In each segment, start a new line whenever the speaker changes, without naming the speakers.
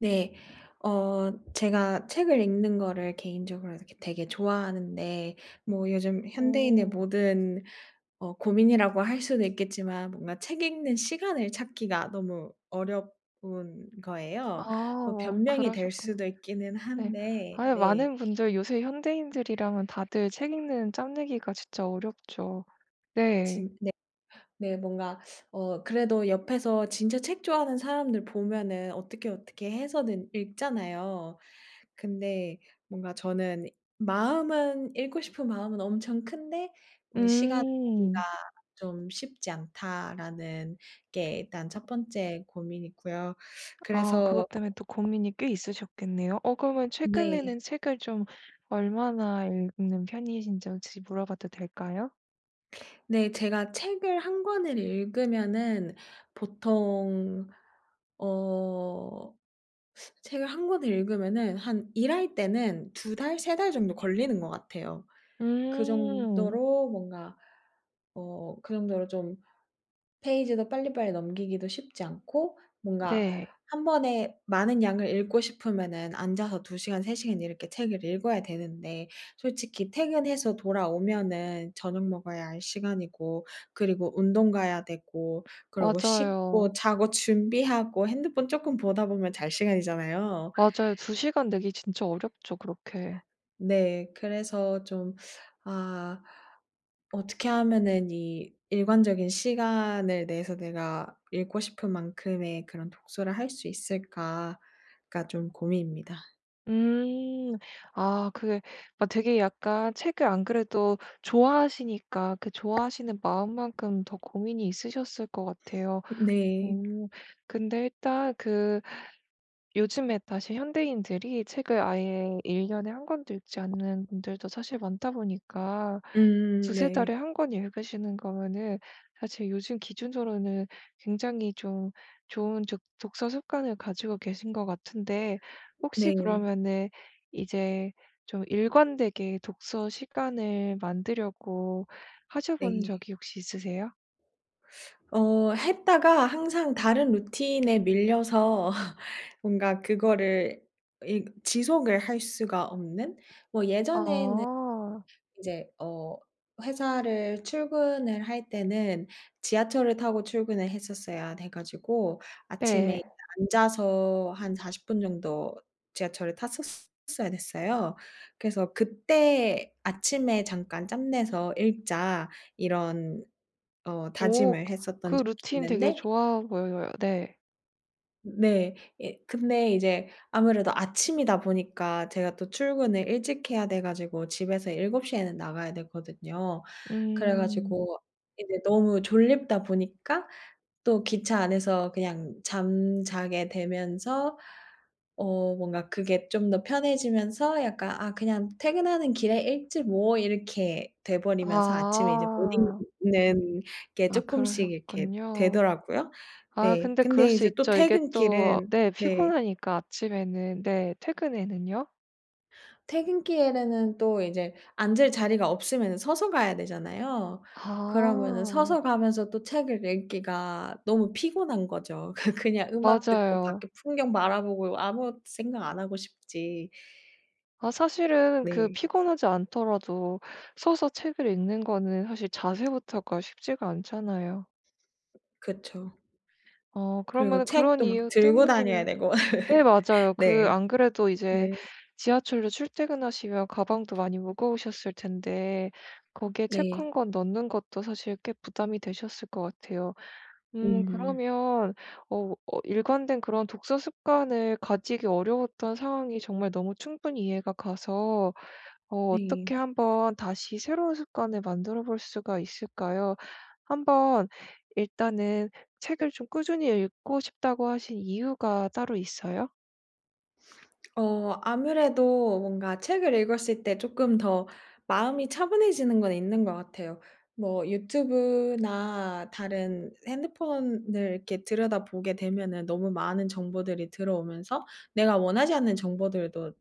네. 제가 책을 읽는 거를 개인적으로 이렇게 되게 좋아하는데, 뭐 요즘 현대인의
오.
모든 고민이라고 할 수도 있겠지만, 뭔가 책 읽는 시간을 찾기가 너무 어려운
아
거예요. 뭐
어
변명이 될
그러셨구나.
수도 있기는
네.
한데.
아
네.
많은 분들 요새 현대인들이라면 다들 책 읽는 짬내기가 진짜 어렵죠. 네.
진 네. 뭔가 그래도 옆에서 진짜 책 좋아하는 사람들 보면은 어떻게, 어떻게 해서든 읽잖아요. 근데 뭔가 저는 마음은 읽고 싶은 마음은 엄청 큰데 '시간 내기가
음.
좀 쉽지 않다.'라는 게 일단 첫 번째 고민이고요.
아
그래서.
그것 때문에 또 고민이 꽤 있으셨겠네요. 어 그러면
네.
최근에는 책을 좀 얼마나 읽는 편이신지 혹시 물어봐도 될까요?
네. 제가 책을 1권을 읽으면은 보통 어 책을 한 권을 읽으면은 한 일할 때는 2달, 3달 정도 걸리는 것 같아요. 그
음.
정도로 뭔가 그 정도로 좀 페이지도 빨리빨리 넘기기도 쉽지 않고, 뭔가
네.
한 번에 많은 양을 읽고 싶으면은 앉아서 2시간, 3시간 이렇게 책을 읽어야 되는데, 솔직히 퇴근해서 돌아오면은 저녁 먹어야 할 시간이고, 그리고 운동 가야 되고, 그리고
맞아요.
씻고 자고 준비하고 핸드폰 쪼끔 보다 보면 잘 시간이잖아요.
맞아요. 두 시간 내기 진짜 어렵죠 그렇게.
네. 그래서 좀, 아, 어떻게 하면은 이 일관적인 시간을 내서 내가 읽고 싶은 만큼의 그런 독서를 할 수 있을까가 좀 고민입니다.
음. 아 그게 막 되게 약간 책을 안 그래도 좋아하시니까 그 좋아하시는 마음만큼 더 고민이 있으셨을 것 같아요.
네.
오 근데 일단 그 요즘에 다시 현대인들이 책을 아예 1년 년에 한 권도 읽지 않는 분들도 사실 많다 보니까
음.
두세 달에
네.
한 권 읽으시는 거면은 사실 요즘 기준으로는 굉장히 좀 좋은 적 독서 습관을 가지고 계신 것 같은데 혹시
네.
그러면은 이제 좀 일관되게 독서 시간을 만들려고 하셔 본
네.
적이 혹시 있으세요?
했다가 항상 다른 루틴에 밀려서 뭔가 그거를 이 지속을 할 수가 없는? 뭐 예전에는
아.
이제 회사를 출근을 할 때는 지하철을 타고 출근을 했었어야 돼 가지고, 아침에
네.
앉아서 한 40분 정도 지하철을 탔었어야 됐어요. 그래서 그때 '아침에 잠깐 짬 내서 읽자.' 이런
오
다짐을
그
했었던 적이
루틴 되게
있는데.
좋아 보여요. 네.
네. 예, 근데 이제 아무래도 아침이다 보니까 제가 또 출근을 일찍 해야 돼 가지고 집에서 7시 에는 나가야 되거든요. 그래
음.
가지고 이제 너무 졸립다 보니까 또 기차 안에서 그냥 잠자게 되면서 뭔가 그게 좀 더 편해지면서 약간 '아 그냥 퇴근하는 길에 읽지 뭐.' 이렇게 돼 버리면서 아침에 이제 못
아.
읽는 게
아
쪼끔씩 이렇게
그러셨군요.
되더라고요.
아
네.
근데 그럴
근데
수
이제 또
있죠. 이게 또
퇴근길은
네
네.
피곤하니까 아침에는. 네. 퇴근에는요?
퇴근길에는 또 이제 앉을 자리가 없으면은 서서 가야 되잖아요. 그러면은
아.
서서 가면서 또 책을 읽기가 너무 피곤한 거죠. 그냥 음악 듣고
맞아요.
밖에 풍경 바라보고 아무 생각 안 하고 싶지.
아 사실은 그
네.
피곤하지 않더라도 서서 책을 읽는 거는 사실 자세부터가 쉽지가 않잖아요.
그쵸.
어 그러
그리고
면 그런
책도 막
이유
들고 다녀야
때문이면
되고
네 맞아요. 그
네.
안 그래도 이제
네.
지하철로 출퇴근하시면 가방도 많이 무거우셨을 텐데 거기에 책
네.
한 권 넣는 것도 사실 꽤 부담이 되셨을 것 같아요.
음.
그러면 어 어 일관된 그런 독서 습관을 가지기 어려웠던 상황이 정말 너무 충분히 이해가 가서 어
네.
어떻게 한번 다시 새로운 습관을 만들어 볼 수가 있을까요? 한번 일단은 책을 좀 꾸준히 읽고 싶다고 하신 이유가 따로 있어요?
아무래도 뭔가 책을 읽었을 때 조금 더 마음이 차분해지는 건 있는 것 같아요. 뭐 유튜브나 다른 핸드폰을 이렇게 들여다보게 되면은 너무 많은 정보들이 들어오면서 내가 원하지 않는 정보들도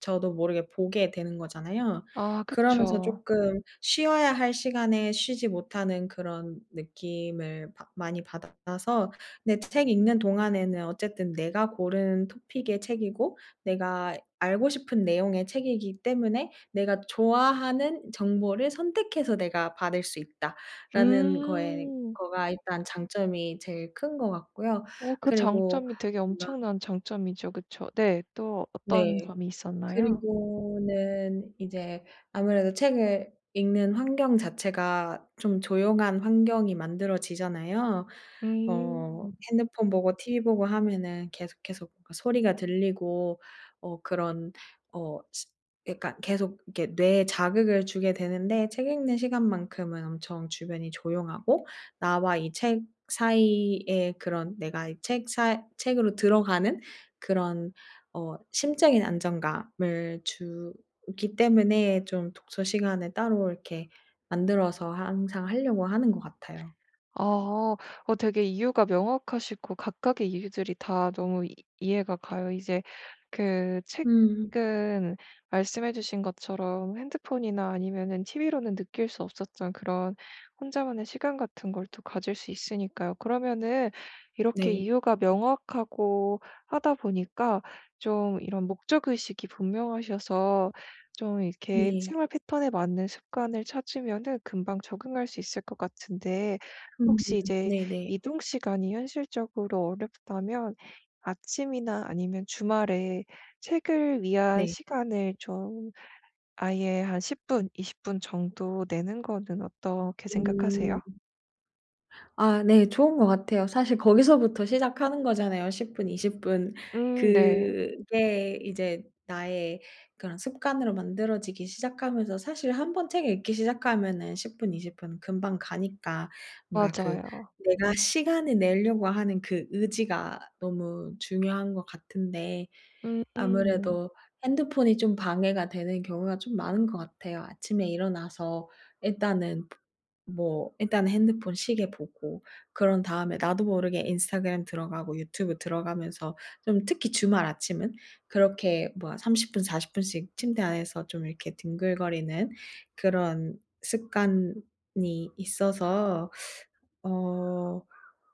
저도 모르게 보게 되는 거잖아요.
아
그러면서
그쵸.
조금 쉬어야 할 시간에 쉬지 못하는 그런 느낌을 받 많이 받아서. 근데 책 읽는 동안에는 어쨌든 내가 고른 토픽의 책이고 내가 알고 싶은 내용의 책이기 때문에 내가 좋아하는 정보를 선택해서 내가 받을 수 있다라는 거에
음.
거가 일단 장점이 제일 큰 것 같고요.
오, 그
그리고
장점이 되게
뭔가.
엄청난 장점이죠. 그쵸. 네. 또 어떤
네.
점이 있었나요?
그리고는 이제 아무래도 책을 읽는 환경 자체가 좀 조용한 환경이 만들어지잖아요.
음.
핸드폰 보고 티브이 보고 하면은 계속해서 뭔가 소리가 들리고, 그런 어 시 그러니까 계속 이렇게 뇌에 자극을 주게 되는데, 책 읽는 시간만큼은 엄청 주변이 조용하고 나와 이 책 사이에 그런 내가 이 책 사 책으로 들어가는 그런 심적인 안정감을 주기 때문에 좀 독서 시간을 따로 이렇게 만들어서 항상 하려고 하는 것 같아요.
아. 어 되게 이유가 명확하시고 각각의 이유들이 다 너무 이 이해가 가요. 이제 그
음.
책은 말씀해 주신 것처럼 핸드폰이나 아니면은 TV로는 느낄 수 없었던 그런 혼자만의 시간 같은 걸 또 가질 수 있으니까요. 그러면은 이렇게
네.
이유가 명확하고 하다 보니까 좀 이런 목적 의식이 분명하셔서 좀 이렇게
네.
생활 패턴에 맞는 습관을 찾으면은 금방 적응할 수 있을 것 같은데
음.
혹시 이제
네네.
이동 시간이 현실적으로 어렵다면 아침이나 아니면 주말에 책을
네.
위한
네,
시간을 좀 아예 한 10분 분, 20분 정도 내는 거는 어떻게
음.
생각하세요?
아, 네. 좋은 것 같아요. 사실 거기서부터 시작하는 거잖아요. 10 분, 20 분.
네.
그게 이제 나의 그런 습관으로 만들어지기 시작하면서, 사실 한 번 책 읽기 시작하면은 10 분, 20분 금방 가니까, 뭔가 그
맞아요.
내가 시간을 내려고 하는 그 의지가 너무 중요한 것 같은데,
음
아무래도 핸드폰이 좀 방해가 되는 경우가 좀 많은 것 같아요. 아침에 일어나서 일단은 뭐 일단 핸드폰 시계 보고, 그런 다음에 나도 모르게 인스타그램 들어가고 유튜브 들어가면서 좀 특히 주말 아침은 그렇게 뭐야 30분 40 분씩 침대 안에서 좀 이렇게 뒹굴거리는 그런 습관이 있어서, 어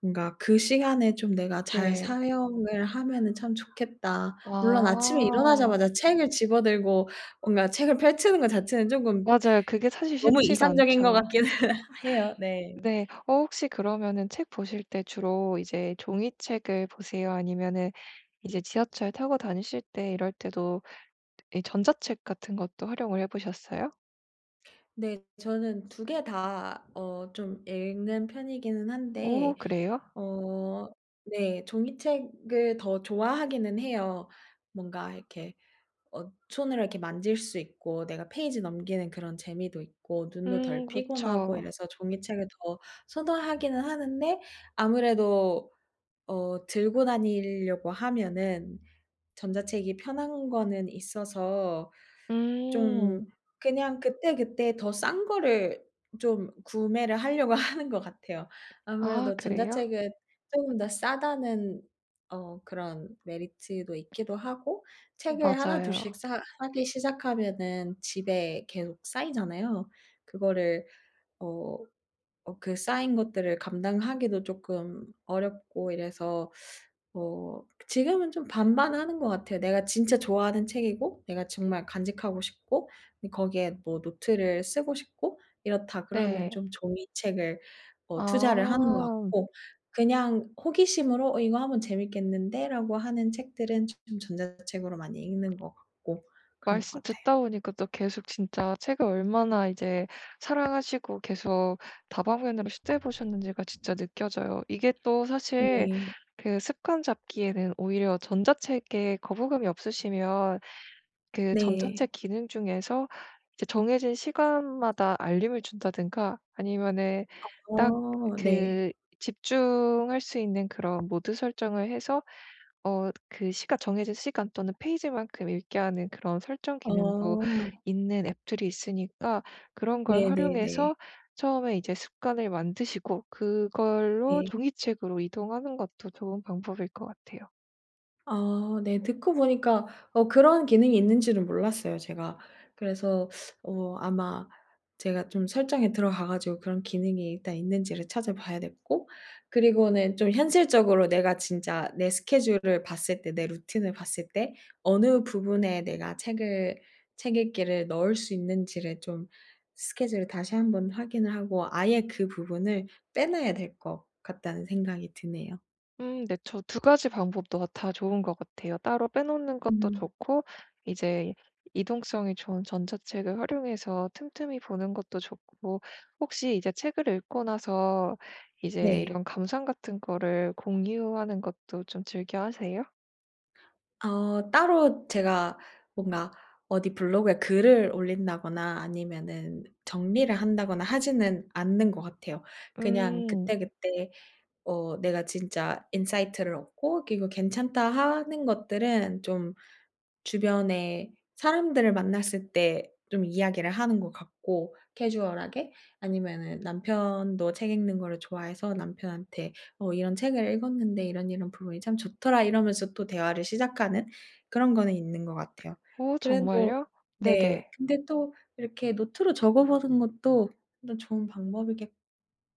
뭔가 '그 시간에 좀 내가 잘
네.
사용을 하면은 참 좋겠다.' 물론 아침에
아.
일어나자마자 책을 집어들고 뭔가 책을 펼치는 것 자체는 쪼금
맞아요. 그게 사실
너무
쉽지가
이상적인 것
않죠.
같기는 해요. 네.
네. 어 혹시 그러면은 책 보실 때 주로 이제 종이책을 보세요? 아니면은 이제 지하철 타고 다니실 때 이럴 때도 이 전자책 같은 것도 활용을 해 보셨어요?
네. 저는 2개 다 좀 읽는 편이기는
오
한데.
그래요?
어 네. 종이책을 더 좋아하기는 해요. 뭔가 이렇게 손으로 이렇게 만질 수 있고 내가 페이지 넘기는 그런 재미도 있고 눈도 덜 피곤하고
그쵸.
이래서 종이책을 더 선호하기는 하는데, 아무래도 들고 다니려고 하면은 전자책이 편한 거는 있어서 좀
음.
그냥 그때그때 더 싼 거를 좀 구매를 하려고 하는 것 같아요.
아
아무래도
그래요?
전자책은 쪼금 더 싸다는 그런 메리트도 있기도 하고, 책을 하나 둘 씩
맞아요.
사 사기 시작하면은 집에 계속 쌓이잖아요. 그거를 어 그 쌓인 것들을 감당하기도 조금 어렵고 이래서 지금은 좀 반반하는 것 같아요. 내가 진짜 좋아하는 책이고 내가 정말 간직하고 싶고 거기에 뭐 노트를 쓰고 싶고 이렇다 그러면
네.
좀 종이책을 투자를 하는 것
아.
같고, 그냥 호기심으로 '어 이거 하면 재밌겠는데?'라고 하는 책들은 좀 전자책으로 많이 읽는 것 같고 그런 것
말씀
같아요.
듣다 보니까 또 계속 진짜 책을 얼마나 이제 사랑하시고 계속 다방면으로 시도해 보셨는지가 진짜 느껴져요. 이게 또 사실
네.
그 습관 잡기에는 오히려 전자책에 거부감이 없으시면 그
네.
전자책 기능 중에서 이제 정해진 시간마다 알림을 준다든가 아니면은 딱
어. 네.
그 집중할 수 있는 그런 모드 설정을 해서 어 그 시간 정해진 시간 또는 페이지만큼 읽게 하는 그런 설정 기능도
어.
있는 앱들이 있으니까 그런 걸
네네네.
활용해서 처음에 이제 습관을 만드시고 그걸로
네.
종이책으로 이동하는 것도 좋은 방법일 것 같아요.
아, 네. 듣고 보니까 그런 기능이 있는 줄은 몰랐어요 제가. 그래서 아마 제가 좀 설정에 들어가 가지고 그런 기능이 일단 있는지를 찾아봐야 됐고, 그리고는 좀 현실적으로 내가 진짜 내 스케줄을 봤을 때 내 루틴을 봤을 때 어느 부분에 내가 책을 책 읽기를 넣을 수 있는지를 좀 스케줄을 다시 한번 확인을 하고 아예 그 부분을 빼놔야 될 것 같다는 생각이 드네요.
네. 저 두 가지 방법도 다 좋은 것 같아요. 따로 빼놓는 것도
음.
좋고 이제 이동성이 좋은 전자책을 활용해서 틈틈이 보는 것도 좋고 혹시 이제 책을 읽고 나서 이제
네.
이런 감상 같은 거를 공유하는 것도 좀 즐겨 하세요?
따로 제가 뭔가 어디 블로그에 글을 올린다거나 아니면은 정리를 한다거나 하지는 않는 것 같아요. 그냥
음.
그때그때 내가 진짜 인사이트를 얻고 그리고 괜찮다 하는 것들은 좀 주변에 사람들을 만났을 때 좀 이야기를 하는 것 같고 캐주얼하게, 아니면은 남편도 책 읽는 거를 좋아해서 남편한테 "어 이런 책을 읽었는데 이런 이런 부분이 참 좋더라." 이러면서 또 대화를 시작하는 그런 거는 있는 것 같아요.
오
그래도
정말요?
네,
네네.
근데 또 이렇게 노트로 적어 보는 것도 또 좋은 방법이겠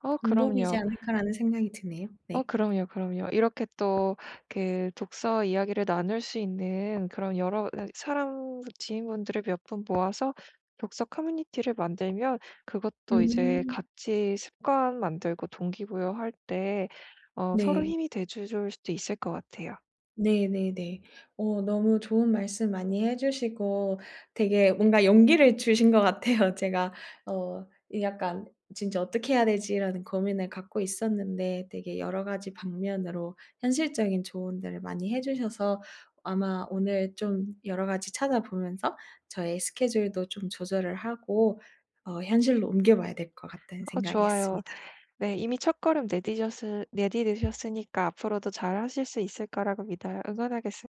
어
'방법이지
그럼요.
않을까.'라는 생각이 드네요.
어
네.
그럼요, 그럼요. 이렇게 또 그 독서 이야기를 나눌 수 있는 그런 여러 어 사람 지인분들을 몇 분 모아서 독서 커뮤니티를 만들면 그것도 이제
음.
같이 습관 만들고 동기부여할 때 어 서로
네.
힘이 돼줄 수도 있을 것 같아요.
네네네. 너무 좋은 말씀 많이 해 주시고 되게 뭔가 용기를 주신 것 같아요. 제가 어 이 약간 '진짜 어떻게 해야 되지?'라는 고민을 갖고 있었는데, 되게 여러 가지 방면으로 현실적인 조언들을 많이 해 주셔서 아마 오늘 좀 여러 가지 찾아보면서 저의 스케줄도 좀 조절을 하고 현실로 옮겨봐야 될 것 같다는
어
생각이 었습니
좋아요.
다
네 이미 첫걸음 내디뎠으 내디디셨으니까 앞으로도 잘하실 수 있을 거라고 믿어요. 응원하겠습